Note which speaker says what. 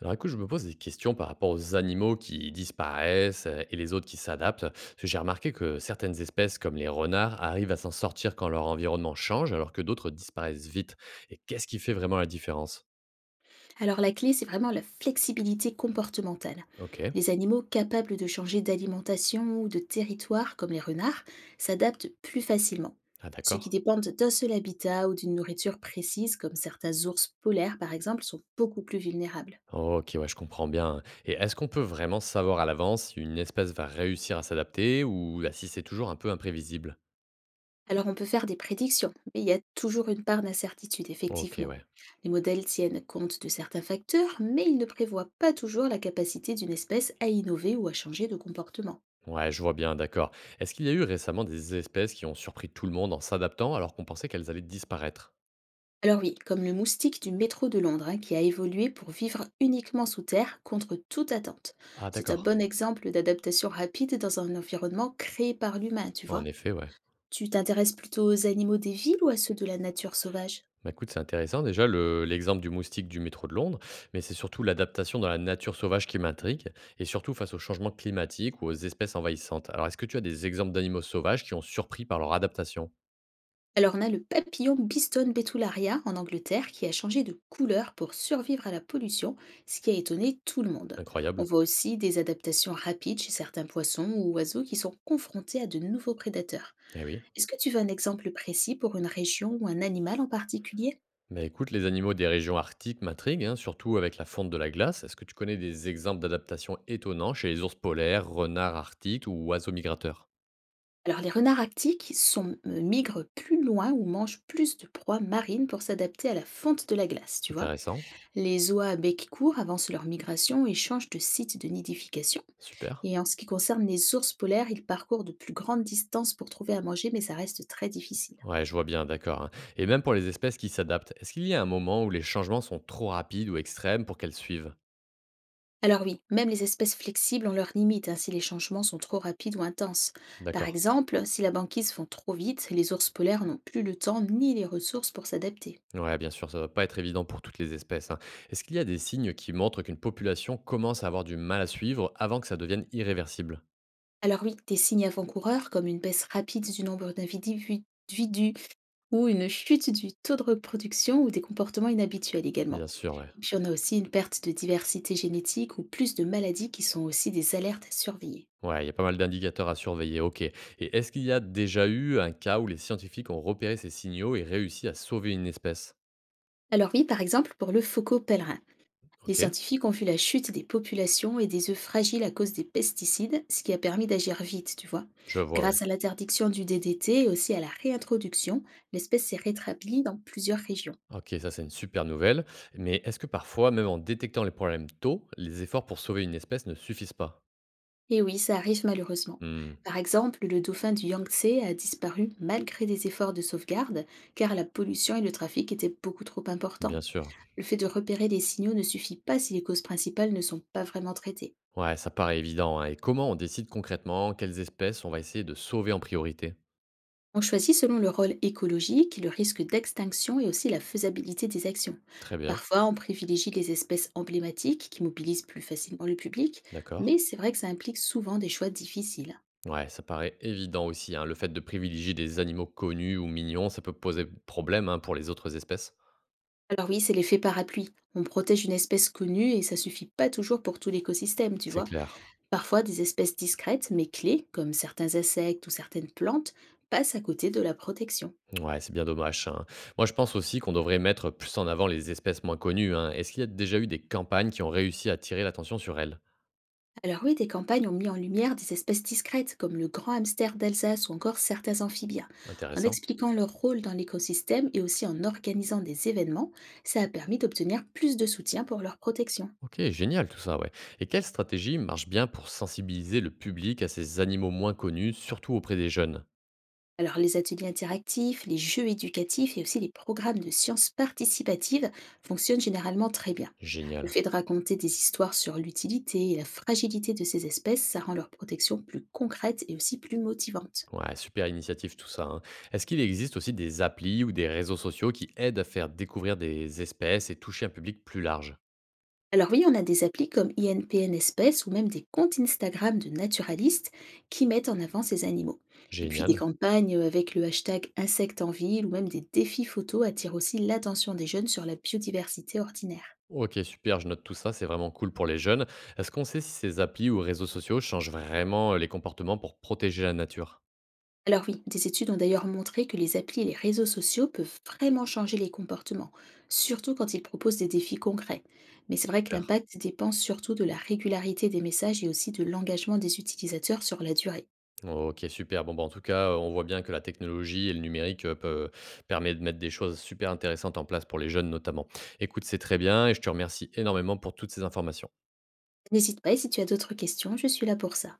Speaker 1: Alors écoute, je me pose des questions par rapport aux animaux qui disparaissent et les autres qui s'adaptent. Parce que j'ai remarqué que certaines espèces, comme les renards, arrivent à s'en sortir quand leur environnement change, alors que d'autres disparaissent vite. Et qu'est-ce qui fait vraiment la différence?
Speaker 2: Alors la clé, c'est vraiment la flexibilité comportementale.
Speaker 1: Ok.
Speaker 2: Les animaux capables de changer d'alimentation ou de territoire, comme les renards, s'adaptent plus facilement.
Speaker 1: Ah
Speaker 2: Ceux qui
Speaker 1: d'accord.
Speaker 2: dépendent d'un seul habitat ou d'une nourriture précise, comme certains ours polaires par exemple, sont beaucoup plus vulnérables.
Speaker 1: Ok, ouais, je comprends bien. Et est-ce qu'on peut vraiment savoir à l'avance si une espèce va réussir à s'adapter ou bah, si c'est toujours un peu imprévisible?
Speaker 2: Alors on peut faire des prédictions, mais il y a toujours une part d'incertitude,
Speaker 1: Ok,
Speaker 2: effectivement.
Speaker 1: ouais.
Speaker 2: Les modèles tiennent compte de certains facteurs, mais ils ne prévoient pas toujours la capacité d'une espèce à innover ou à changer de comportement.
Speaker 1: Ouais, je vois bien, d'accord. Est-ce qu'il y a eu récemment des espèces qui ont surpris tout le monde en s'adaptant alors qu'on pensait qu'elles allaient disparaître?
Speaker 2: Alors oui, comme le moustique du métro de Londres, hein, qui a évolué pour vivre uniquement sous terre contre toute attente.
Speaker 1: Ah
Speaker 2: C'est un
Speaker 1: d'accord.
Speaker 2: bon exemple d'adaptation rapide dans un environnement créé par l'humain, tu
Speaker 1: En
Speaker 2: vois.
Speaker 1: effet, ouais.
Speaker 2: Tu t'intéresses plutôt aux animaux des villes ou à ceux de la nature sauvage?
Speaker 1: Bah, écoute, c'est intéressant déjà le l'exemple du moustique du métro de Londres, mais c'est surtout l'adaptation dans la nature sauvage qui m'intrigue, et surtout face au changement climatique ou aux espèces envahissantes. Alors, est-ce que tu as des exemples d'animaux sauvages qui ont surpris par leur adaptation?
Speaker 2: Alors on a le papillon Biston betularia en Angleterre qui a changé de couleur pour survivre à la pollution, ce qui a étonné tout le monde. On
Speaker 1: Incroyable.
Speaker 2: voit aussi des adaptations rapides chez certains poissons ou oiseaux qui sont confrontés à de nouveaux prédateurs.
Speaker 1: Eh oui.
Speaker 2: Est-ce que tu veux un exemple précis pour une région ou un animal en particulier?
Speaker 1: Bah écoute, les animaux des régions arctiques m'intriguent, hein, surtout avec la fonte de la glace. Est-ce que tu connais des exemples d'adaptation étonnants chez les ours polaires, renards arctiques ou oiseaux migrateurs?
Speaker 2: Alors, les renards arctiques sont, migrent plus loin ou mangent plus de proies marines pour s'adapter à la fonte de la glace, tu vois.
Speaker 1: Intéressant.
Speaker 2: Les oies à bec court avancent leur migration et changent de site de nidification.
Speaker 1: Super.
Speaker 2: Et en ce qui concerne les ours polaires, ils parcourent de plus grandes distances pour trouver à manger, mais ça reste très difficile.
Speaker 1: Ouais, je vois bien, d'accord, hein. Et même pour les espèces qui s'adaptent, est-ce qu'il y a un moment où les changements sont trop rapides ou extrêmes pour qu'elles suivent?
Speaker 2: Alors oui, même les espèces flexibles ont leurs limites hein, si les changements sont trop rapides ou intenses. Par
Speaker 1: D'accord.
Speaker 2: exemple, si la banquise fond trop vite, les ours polaires n'ont plus le temps ni les ressources pour s'adapter.
Speaker 1: Ouais, bien sûr, ça ne doit pas être évident pour toutes les espèces, hein. Est-ce qu'il y a des signes qui montrent qu'une population commence à avoir du mal à suivre avant que ça devienne irréversible?
Speaker 2: Alors oui, des signes avant-coureurs comme une baisse rapide du nombre d'individus ou une chute du taux de reproduction ou des comportements inhabituels également.
Speaker 1: Bien sûr, ouais.
Speaker 2: Et puis on a aussi une perte de diversité génétique ou plus de maladies qui sont aussi des alertes à surveiller.
Speaker 1: Ouais, il y a pas mal d'indicateurs à surveiller, ok. Et est-ce qu'il y a déjà eu un cas où les scientifiques ont repéré ces signaux et réussi à sauver une espèce?
Speaker 2: Alors oui, par exemple pour le faucon pèlerin. Les
Speaker 1: Ok,
Speaker 2: scientifiques ont vu la chute des populations et des œufs fragiles à cause des pesticides, ce qui a permis d'agir vite, tu vois.
Speaker 1: je vois, ouais.
Speaker 2: Grâce à l'interdiction du DDT et aussi à la réintroduction, l'espèce s'est rétablie dans plusieurs régions.
Speaker 1: OK, ça c'est une super nouvelle. Mais est-ce que parfois, même en détectant les problèmes tôt, les efforts pour sauver une espèce ne suffisent pas?
Speaker 2: Et oui, ça arrive malheureusement.
Speaker 1: Hmm,
Speaker 2: Par exemple, le dauphin du Yangtze a disparu malgré des efforts de sauvegarde, car la pollution et le trafic étaient beaucoup trop importants.
Speaker 1: bien sûr.
Speaker 2: Le fait de repérer des signaux ne suffit pas si les causes principales ne sont pas vraiment traitées.
Speaker 1: Ouais, ça paraît évident, hein. Et comment on décide concrètement quelles espèces on va essayer de sauver en priorité?
Speaker 2: On choisit selon le rôle écologique, le risque d'extinction et aussi la faisabilité des actions.
Speaker 1: Très bien,
Speaker 2: Parfois, on privilégie les espèces emblématiques qui mobilisent plus facilement le public,
Speaker 1: d'accord.
Speaker 2: mais c'est vrai que ça implique souvent des choix difficiles.
Speaker 1: Ouais, ça paraît évident aussi, hein. Le fait de privilégier des animaux connus ou mignons, ça peut poser problème, hein, pour les autres espèces.
Speaker 2: Alors oui, c'est l'effet parapluie. On protège une espèce connue et ça suffit pas toujours pour tout l'écosystème, tu
Speaker 1: C'est
Speaker 2: vois.
Speaker 1: clair.
Speaker 2: Parfois, des espèces discrètes mais clés, comme certains insectes ou certaines plantes, passent à côté de la protection.
Speaker 1: Ouais, c'est bien dommage, hein. Moi, je pense aussi qu'on devrait mettre plus en avant les espèces moins connues, hein. Est-ce qu'il y a déjà eu des campagnes qui ont réussi à attirer l'attention sur elles?
Speaker 2: Alors oui, des campagnes ont mis en lumière des espèces discrètes comme le grand hamster d'Alsace ou encore certains amphibiens. En
Speaker 1: Intéressant.
Speaker 2: expliquant leur rôle dans l'écosystème et aussi en organisant des événements, ça a permis d'obtenir plus de soutien pour leur protection.
Speaker 1: OK, génial tout ça, ouais. Et quelle stratégie marche bien pour sensibiliser le public à ces animaux moins connus, surtout auprès des jeunes?
Speaker 2: Alors les ateliers interactifs, les jeux éducatifs et aussi les programmes de sciences participatives fonctionnent généralement très bien. Le
Speaker 1: Génial.
Speaker 2: fait de raconter des histoires sur l'utilité et la fragilité de ces espèces, ça rend leur protection plus concrète et aussi plus motivante.
Speaker 1: Ouais, super initiative tout ça, hein. Est-ce qu'il existe aussi des applis ou des réseaux sociaux qui aident à faire découvrir des espèces et toucher un public plus large?
Speaker 2: Alors oui, on a des applis comme INPN Espèces ou même des comptes Instagram de naturalistes qui mettent en avant ces animaux. Et puis des
Speaker 1: Génial.
Speaker 2: campagnes avec le hashtag insectes en ville ou même des défis photos attirent aussi l'attention des jeunes sur la biodiversité ordinaire.
Speaker 1: Ok, super, je note tout ça, c'est vraiment cool pour les jeunes. Est-ce qu'on sait si ces applis ou réseaux sociaux changent vraiment les comportements pour protéger la nature?
Speaker 2: Alors oui, des études ont d'ailleurs montré que les applis et les réseaux sociaux peuvent vraiment changer les comportements, surtout quand ils proposent des défis concrets. Mais c'est vrai que
Speaker 1: Super.
Speaker 2: l'impact dépend surtout de la régularité des messages et aussi de l'engagement des utilisateurs sur la durée.
Speaker 1: OK, super. Bon, bah, en tout cas, on voit bien que la technologie et le numérique, peut permet de mettre des choses super intéressantes en place pour les jeunes notamment. Écoute, c'est très bien et je te remercie énormément pour toutes ces informations.
Speaker 2: N'hésite pas et si tu as d'autres questions, je suis là pour ça.